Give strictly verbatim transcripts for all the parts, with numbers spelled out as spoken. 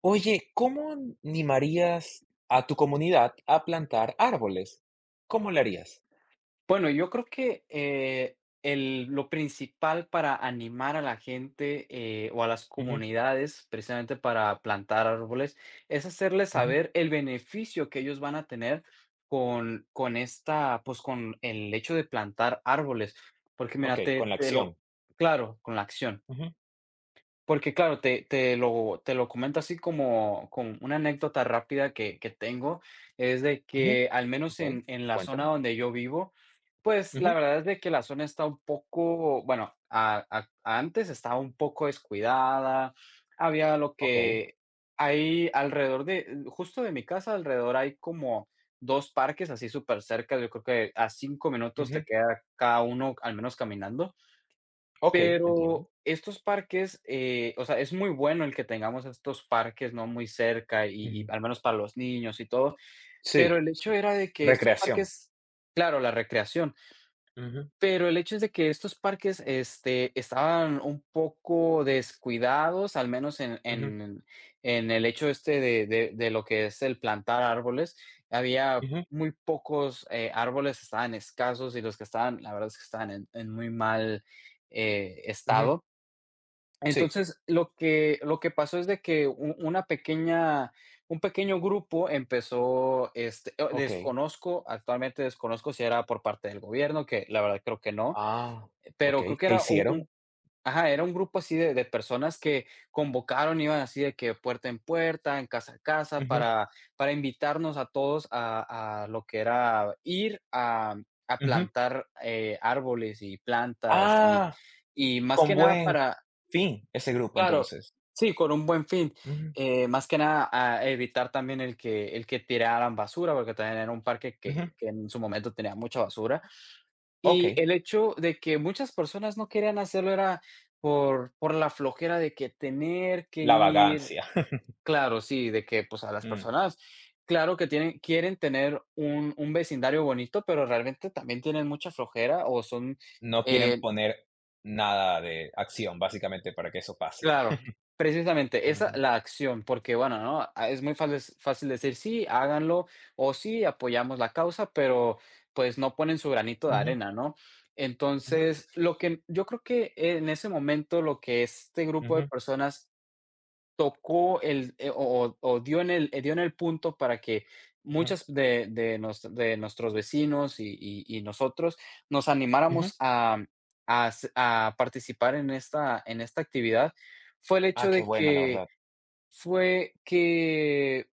Oye, ¿cómo animarías a tu comunidad a plantar árboles? ¿Cómo le harías? Bueno, yo creo que, eh, el lo principal para animar a la gente, eh, o a las Ujú, comunidades, precisamente para plantar árboles, es hacerles ujú, saber el beneficio que ellos van a tener con con esta, pues, con el hecho de plantar árboles. Porque mira, okey, con te la te lo acción. claro, con la acción. Ujú, Porque claro, te te lo te lo comento así como con una anécdota rápida que que tengo, es de ujú, que al menos okey, en en la zona cuéntame. donde yo vivo, pues, la Ujú, verdad es de que la zona está un poco, bueno, a a antes estaba un poco descuidada, había lo okey, que hay alrededor de justo de mi casa. Alrededor hay como dos parques así súper cerca, yo creo que a cinco minutos te ujú, queda cada uno, al menos caminando. okey, entiendo. Pero estos parques, eh, o sea, es muy bueno el que tengamos estos parques, ¿no? Muy cerca, y y Ujú. al menos para los niños y todo, Sí, pero el hecho sí. era de que estos Recreación. parques claro, la recreación. Ujú, Pero el hecho es de que estos parques, este, estaban un poco descuidados, al menos en ujú, en en el hecho este de de de lo que es el plantar árboles. Había ujú, muy pocos, eh, árboles, estaban escasos, y los que estaban, la verdad es que estaban en en muy mal, eh, ujú. estado. Sí, Entonces, lo que lo que pasó es de que u una pequeña un pequeño grupo empezó, este, o okey. desconozco, actualmente desconozco si era por parte del gobierno, que la verdad creo que no, Ah, pero creo Okey, que ¿qué era un un hicieron? ajá, era un grupo así de de personas que convocaron, iban así de que puerta en puerta, en casa a casa, Ujú, para para invitarnos a todos a a lo que era ir a a ujú. plantar, eh, árboles y plantas y Ah, y más con que nada buen para fin ese grupo Claro, entonces. sí, con un buen fin. Ujú, Eh, más que nada, a evitar también el que el que tiraran basura, porque también era un parque ujú, que que en su momento tenía mucha basura. Y okey, el hecho de que muchas personas no querían hacerlo era por por la flojera de que tener que la ir. vagancia. Claro, sí, de que, pues, a las personas, claro que tienen quieren tener un un vecindario bonito, pero realmente también tienen mucha flojera o son, No quieren eh poner nada de acción, básicamente, para que eso pase. Claro, precisamente esa Ujú, la acción, porque bueno, ¿no? Ah, es muy fácil fácil decir: "Sí, háganlo", o "Sí, apoyamos la causa", pero, pues, no ponen su granito de ujú, arena, ¿no? ujú, Entonces, lo que yo creo que en ese momento, lo que este grupo de ujú, personas tocó el, eh, o o o dio en el eh, dio en el punto para que ujú, muchas de de nos de nuestros vecinos y y y nosotros nos ujú. animáramos a a s a participar en esta en esta actividad, fue el Ah, hecho Qué de bueno, la que verdad. fue que,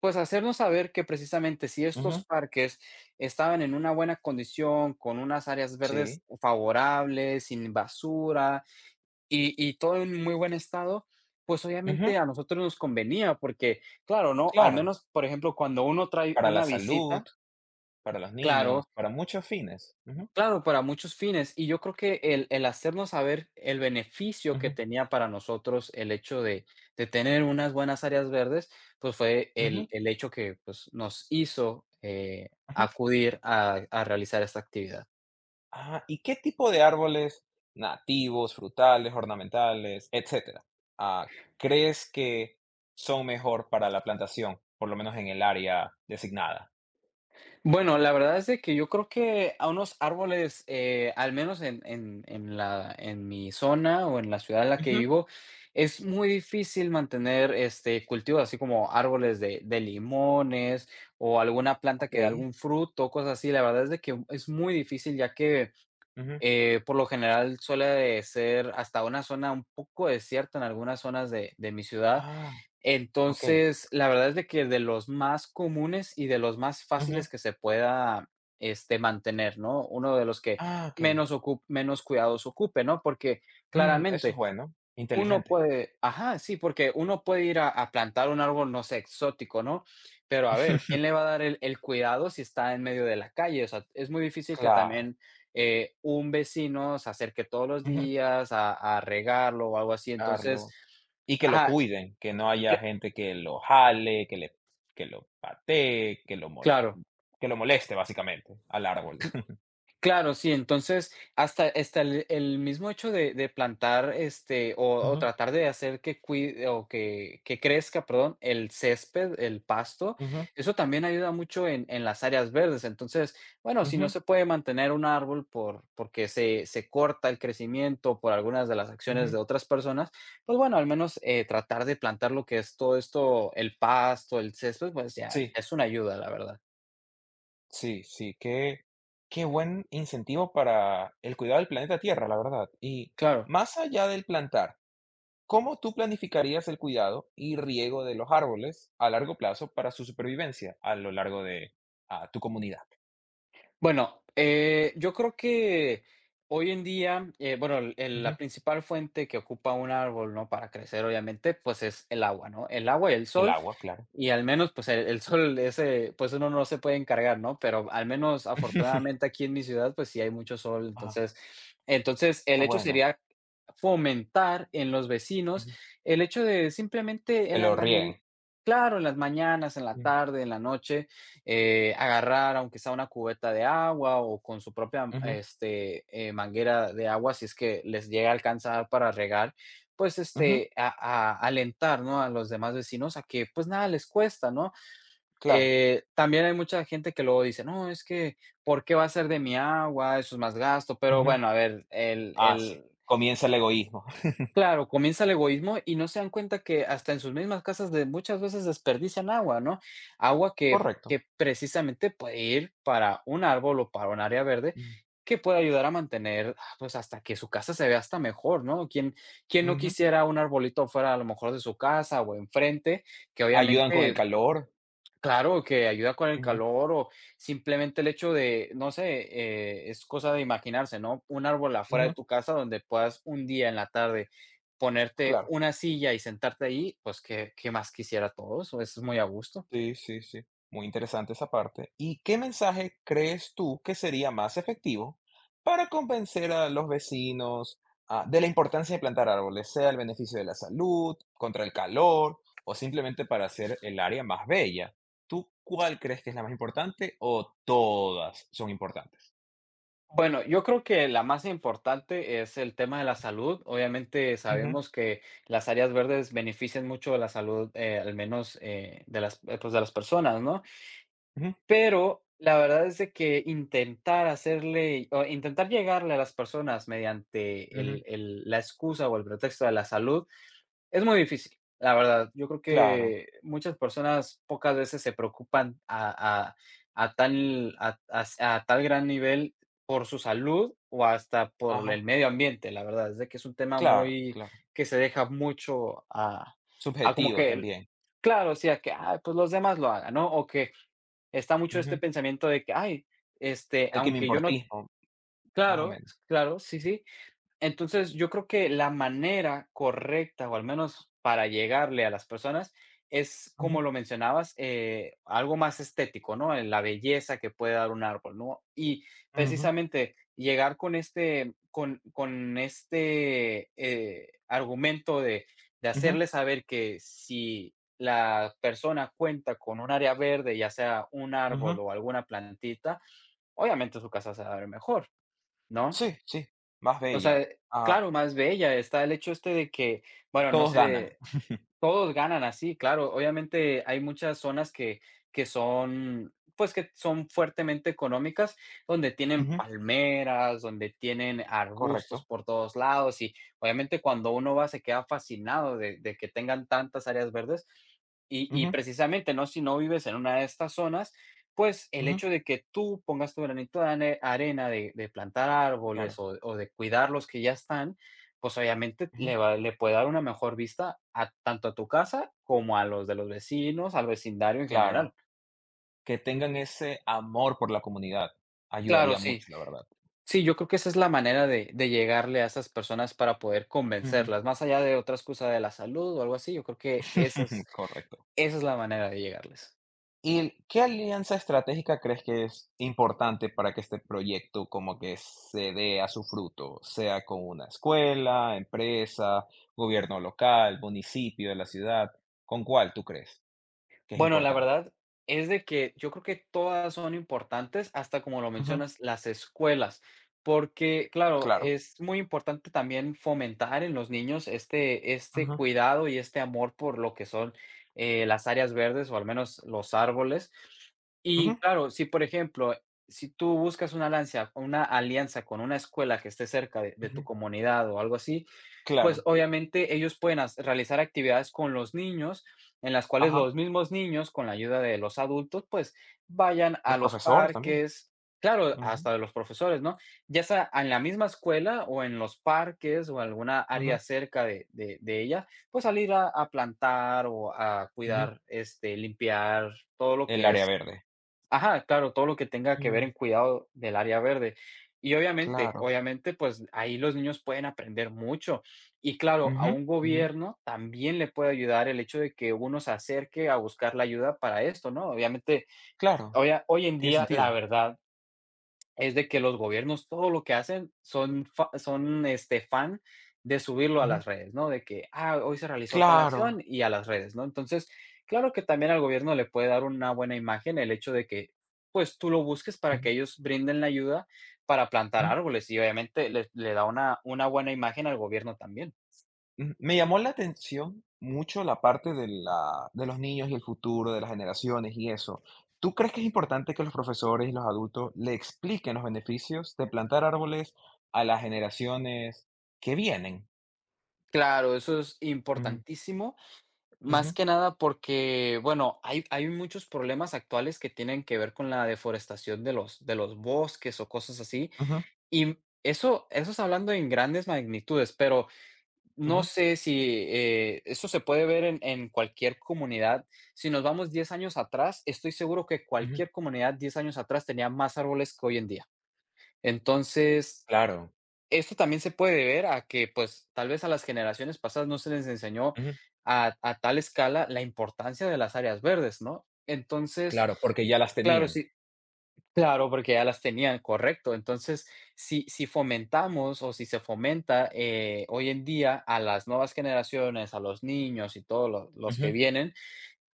pues, hacernos saber que precisamente si estos Ujú, parques estaban en una buena condición, con unas áreas verdes sí. favorables, sin basura, y y todo en muy buen estado, pues, Ujú, obviamente a nosotros nos convenía, porque, claro, ¿no? Al claro. menos, por ejemplo, cuando uno trae Para la una salud, visita, para los claro, niños, para muchos fines. Ujú, claro, para muchos fines. Y yo creo que el el hacernos saber el beneficio que ujú, tenía para nosotros el hecho de de tener unas buenas áreas verdes, pues, fue el ujú, el hecho que, pues, nos hizo, eh, ujú. acudir a a realizar esta actividad. Ah, ¿y qué tipo de árboles nativos, frutales, ornamentales, etcétera, ah, crees que son mejor para la plantación, por lo menos en el área designada? Bueno, la verdad es de que yo creo que a unos árboles, eh, al menos en en en la en mi zona o en la ciudad en la que Ujú, vivo, es muy difícil mantener, este, cultivos así como árboles de de limones o alguna planta que dé okey. algún fruto, cosas así. La verdad es de que es muy difícil, ya que, Ujú. eh, por lo general suele ser hasta una zona un poco desierta en algunas zonas de de mi ciudad. Ah. Okey. Entonces, la verdad es de que de los más comunes y de los más Ujú. fáciles que se pueda, este, mantener, ¿no? Uno de los que Ah, okey. menos ocu menos cuidados ocupe, ¿no? Porque Mm, eso es claramente bueno, uno inteligente. puede ajá, sí, porque uno puede ir a a plantar un árbol, no sé, exótico, ¿no? Pero a ver, ¿quién le va a dar el el cuidado si está en medio de la calle? O sea, es muy difícil que Claro. también, eh, un vecino se acerque todos los Ujú. días a a regarlo o algo así. Entonces Darlo. Y que lo ajá, cuiden, que no cl haya gente que lo jale, que le que lo patee, que lo mol claro. que lo moleste, básicamente, al árbol. Claro, sí, entonces hasta hasta el el mismo hecho de de plantar, este, o o Ujú, tratar de hacer que cuide o que que crezca, perdón, el césped, el pasto, ujú, eso también ayuda mucho en en las áreas verdes. Entonces, bueno, si no ujú, se puede mantener un árbol por porque se se corta el crecimiento por algunas de las acciones ujú. de otras personas, pues bueno, al menos, eh, tratar de plantar lo que es todo esto, el pasto, el césped, pues ya ya Sí, es una ayuda, la verdad. sí, sí, qué qué buen incentivo para el cuidado del planeta Tierra, la verdad. Y Claro. más allá del plantar, ¿cómo tú planificarías el cuidado y riego de los árboles a largo plazo para su supervivencia a lo largo de ah, tu comunidad? Bueno, eh, yo creo que hoy en día, eh, bueno, el- el- la Ujú. principal fuente que ocupa un árbol, ¿no? Para crecer, obviamente, pues es el agua, ¿no? El agua y el El sol. agua, claro. Y al menos, pues el, el sol, ese, pues uno no se puede encargar, ¿no? Pero al menos afortunadamente aquí en mi ciudad, pues sí hay mucho sol. Ah, Entonces, entonces el Qué hecho bueno. sería fomentar en los vecinos Ujú. el hecho de simplemente Que en lo las rieguen. mañanas, claro, en las mañanas, en la Mm. tarde, en la noche eh, agarrar, aunque sea una cubeta de agua o con su propia Ujú, este, eh, manguera de agua, si es que les llega a alcanzar para regar, pues ujú, este, a, a alentar, ¿no? A los demás vecinos a que pues nada les cuesta, ¿no? claro. Eh, también hay mucha gente que luego dice, no, es que, ¿por qué va a ser de mi agua? Eso es más gasto, pero Ujú. bueno, a ver, el, Ah, sí. el, Comienza el egoísmo. Claro, comienza el egoísmo y no se dan cuenta que hasta en sus mismas casas de muchas veces desperdician agua, ¿no? Agua que, Correcto. que precisamente puede ir para un árbol o para un área verde Mm, que puede ayudar a mantener, ah, pues hasta que su casa se vea hasta mejor, ¿no? ¿Quién, quién no ujú. quisiera un arbolito fuera a lo mejor de su casa o enfrente, que Ayudan con el obviamente calor. claro, que ayuda con el Ujú, calor o simplemente el hecho de, no sé, eh, es cosa de imaginarse, ¿no? Un árbol afuera de ujú, tu casa donde puedas un día en la tarde ponerte claro. una silla y sentarte ahí, pues, ¿qué, qué más quisiera todos? Es muy a gusto. Sí, sí, sí. Muy interesante esa parte. ¿Y qué mensaje crees tú que sería más efectivo para convencer a los vecinos, ah, de la importancia de plantar árboles, sea el beneficio de la salud, contra el calor o simplemente para hacer el área más bella? ¿Tú cuál crees que es la más importante o todas son importantes? Bueno, yo creo que la más importante es el tema de la salud. Obviamente Ujú, sabemos que las áreas verdes benefician mucho de la salud, eh, al menos eh, de las, eh, pues, de las personas, ¿no? ujú, Pero la verdad es de que intentar hacerle o intentar llegarle a las personas mediante el ujú. el la excusa o el pretexto de la salud, es muy difícil, la verdad. Yo creo Claro, que muchas personas pocas veces se preocupan a a a tal a as a tal gran nivel por su salud o hasta por el ajá, medio ambiente, la verdad, es de que es un tema claro, muy claro. que se deja mucho a a como Subjetivo que el- también. Claro, o sea que: "Ay, pues los demás lo hagan", ¿no? O que está mucho este Ujú. pensamiento de que: "Ay, este, El que me aunque yo no". importismo, más o Claro, menos. claro, sí, sí, entonces, yo creo que la manera correcta, o al menos para llegarle a las personas, es Ujú, como lo mencionabas, eh, algo más estético, ¿no? En la belleza que puede dar un árbol, ¿no? Y ujú, precisamente llegar con este, con, con este eh, argumento de, de ujú, hacerle saber que si la persona cuenta con un área verde, ya sea un árbol ujú. o alguna plantita, obviamente su casa se va a ver mejor, ¿no? Sí, sí, más O bella. sea, Ah, claro, más bella está el hecho este de que, bueno, no Todos ganan. sé, todos ganan así, claro. Obviamente hay muchas zonas que que son, pues, que son fuertemente económicas, donde tienen Ujú, palmeras, donde tienen arbustos correcto. por todos lados y, obviamente, cuando uno va se queda fascinado de de que tengan tantas áreas verdes. Y y Ujú, precisamente, ¿no? Si no vives en una de estas zonas, pues, el ujú, hecho de que tú pongas tu granito de ane arena de de plantar árboles claro, o o de cuidar los que ya están, pues, obviamente, ujú, le va le puede dar una mejor vista a tanto a tu casa, como a los de los vecinos, al vecindario en general. claro. Que tengan ese amor por la comunidad Claro, ayudaría sí. mucho, la verdad. Sí, yo creo que esa es la manera de de llegarle a esas personas para poder Ujú, convencerlas, más allá de otra excusa de la salud o algo así, yo creo que esa es correcto. esa es la manera de llegarles. ¿Y qué alianza estratégica crees que es importante para que este proyecto como que se dé a su fruto? Sea con una escuela, empresa, gobierno local, municipio de la ciudad. ¿Con cuál tú crees que es Bueno, la importante? verdad es de que yo creo que todas son importantes, hasta como lo Ujú, mencionas, las escuelas, porque claro, claro. es muy importante también fomentar en los niños este, este Ujú, cuidado y este amor por lo que son eh, las áreas verdes o al menos los árboles. Y ujú, claro, si por ejemplo, si tú buscas una alianza, una alianza con una escuela que esté cerca de, de ujú. tu comunidad o algo así, Claro, pues, obviamente, ellos pueden has realizar actividades con los niños, en las cuales ajá. los mismos niños, con la ayuda de los adultos, pues, vayan a Los los profesores también. parques, claro, Ujú, hasta de los profesores, ¿no? Ya sea en la misma escuela o en los parques o alguna área ujú, cerca de de de ella, pues, salir a a plantar o a ujú. cuidar, este, limpiar todo lo El que área es. verde. Ajá, claro, todo lo que tenga que ver en Mm, cuidado del área verde. Y obviamente, claro. obviamente, pues ahí los niños pueden aprender mucho. Y claro, a Ujú, un ujú. gobierno también le puede ayudar el hecho de que uno se acerque a buscar la ayuda para esto, ¿no? Obviamente, Claro, hoy, hoy en tiene día, la sentido. verdad, es de que los gobiernos todo lo que hacen son fa son, este, fan de subirlo a Ujú. las redes, ¿no? De que, ah, hoy se realizó tal Claro. acción y a las redes, ¿no? Entonces, claro que también al gobierno le puede dar una buena imagen el hecho de que, pues, tú lo busques para que Ujú, ellos brinden la ayuda para plantar ujú, árboles y obviamente le le da una una buena imagen al gobierno también. ujú. Me llamó la atención mucho la parte de la de los niños y el futuro de las generaciones y eso. ¿Tú crees que es importante que los profesores y los adultos le expliquen los beneficios de plantar árboles a las generaciones que vienen? Claro, eso es Ujú, importantísimo. Más ujú, que nada porque, bueno, hay hay muchos problemas actuales que tienen que ver con la deforestación de los de los bosques o cosas así, ujú, y eso eso es hablando en grandes magnitudes, pero no ujú, sé si, eh, eso se puede ver en en cualquier comunidad. Si nos vamos diez años atrás, estoy seguro que ujú. cualquier comunidad diez años atrás tenía más árboles que hoy en día. Entonces Claro. esto también se puede ver a que, pues, tal vez a las generaciones pasadas no se les enseñó a a tal escala la importancia de las áreas verdes, ¿no? Entonces, Claro, porque ya las claro, tenían. sí claro, porque ya las tenían, correcto. Entonces, si si fomentamos o si se fomenta, eh, hoy en día a las nuevas generaciones, a los niños y todos los los que Ujú, vienen,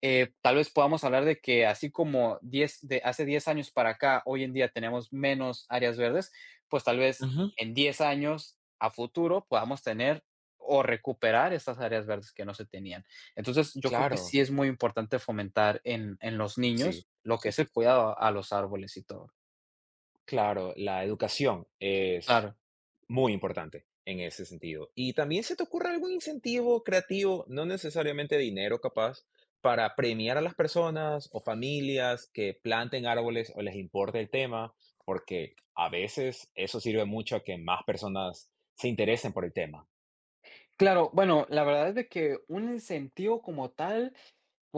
eh, tal vez podamos hablar de que así como diez de hace diez años para acá, hoy en día tenemos menos áreas verdes, pues tal vez ujú. en diez años a futuro podamos tener o recuperar estas áreas verdes que no se tenían. Entonces, yo creo que Claro. sí es muy importante fomentar en, en los Sí, niños lo que sí, es sí, el sí. cuidado a los árboles y todo. Claro, la educación es Claro. muy importante en ese sentido. Y también, ¿se te ocurre algún incentivo creativo, no necesariamente dinero capaz, para premiar a las personas o familias que planten árboles o les importe el tema? Porque a veces eso sirve mucho a que más personas se interesen por el tema. Claro, bueno, la verdad es de que un incentivo como tal.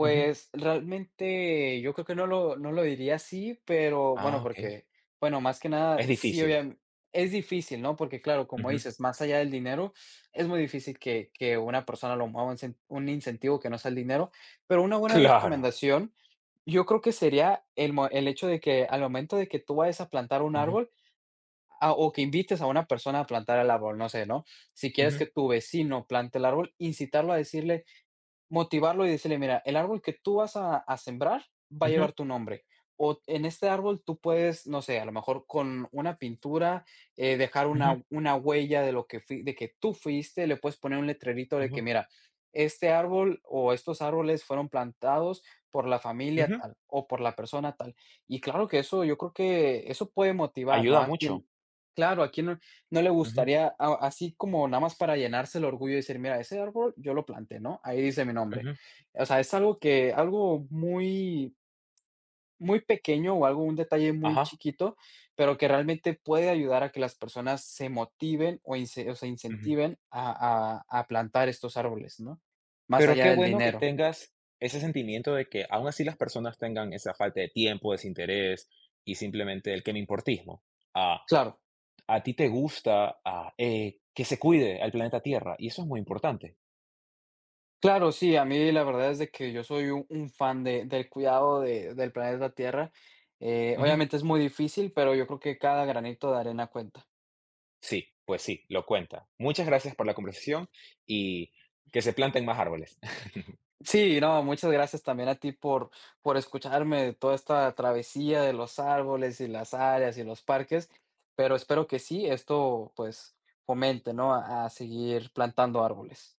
Ujú. realmente yo creo que no lo no lo diría así, pero bueno, Ah, okey. porque, bueno, más que nada, Es sí, difícil. obviamente es difícil, ¿no? Porque, claro, como Ujú. dices, más allá del dinero, es muy difícil que que una persona lo mueva un cen un incentivo que no sea el dinero, pero una buena Claro. recomendación, yo creo que sería el mo el hecho de que al momento de que tú vayas a plantar un Ujú, árbol, ah, o que invites a una persona a plantar el árbol, no sé, ¿no? Si quieres que ujú, tu vecino plante el árbol, incitarlo a decirle: Motivarlo y decirle: "Mira, el árbol que tú vas a a sembrar va a ujú, llevar tu nombre, o en este árbol tú puedes, no sé, a lo mejor con una pintura, eh, dejar ujú. una una huella de lo que fui de que tú fuiste, le puedes poner un letrerito de que: Ujú, Mira, este árbol o estos árboles fueron plantados por la familia ujú, tal o por la persona tal". Y claro que eso, yo creo que eso puede motivar, ¿no? ayuda A mucho. quien claro, a quien no no le Ujú, gustaría, a- así como nada más para llenarse el orgullo y decir, mira, ese árbol yo lo planté, ¿no? Ahí dice mi nombre. ujú, O sea, es algo que, algo muy, muy pequeño o algo, un detalle muy ajá. chiquito, pero que realmente puede ayudar a que las personas se motiven o, ince- o se Ujú. incentiven a, a a plantar estos árboles, ¿no? Más Pero allá qué del bueno que dinero. tengas ese sentimiento de que aún así las personas tengan esa falta de tiempo, desinterés y simplemente el que me importismo. Ah, Claro. a ti te gusta, ah, eh, que se cuide al planeta Tierra y eso es muy importante. Claro, sí, a mí la verdad es de que yo soy un, un fan de, del cuidado de- del planeta Tierra. Eh, Ujú, Obviamente es muy difícil, pero yo creo que cada granito de arena cuenta. sí, pues sí, lo cuenta. Muchas gracias por la conversación y que se planten más árboles. Sí, no, muchas gracias también a ti por, por escucharme de toda esta travesía de los árboles y las áreas y los parques, pero espero que sí, esto pues fomente, ¿no? a a seguir plantando árboles.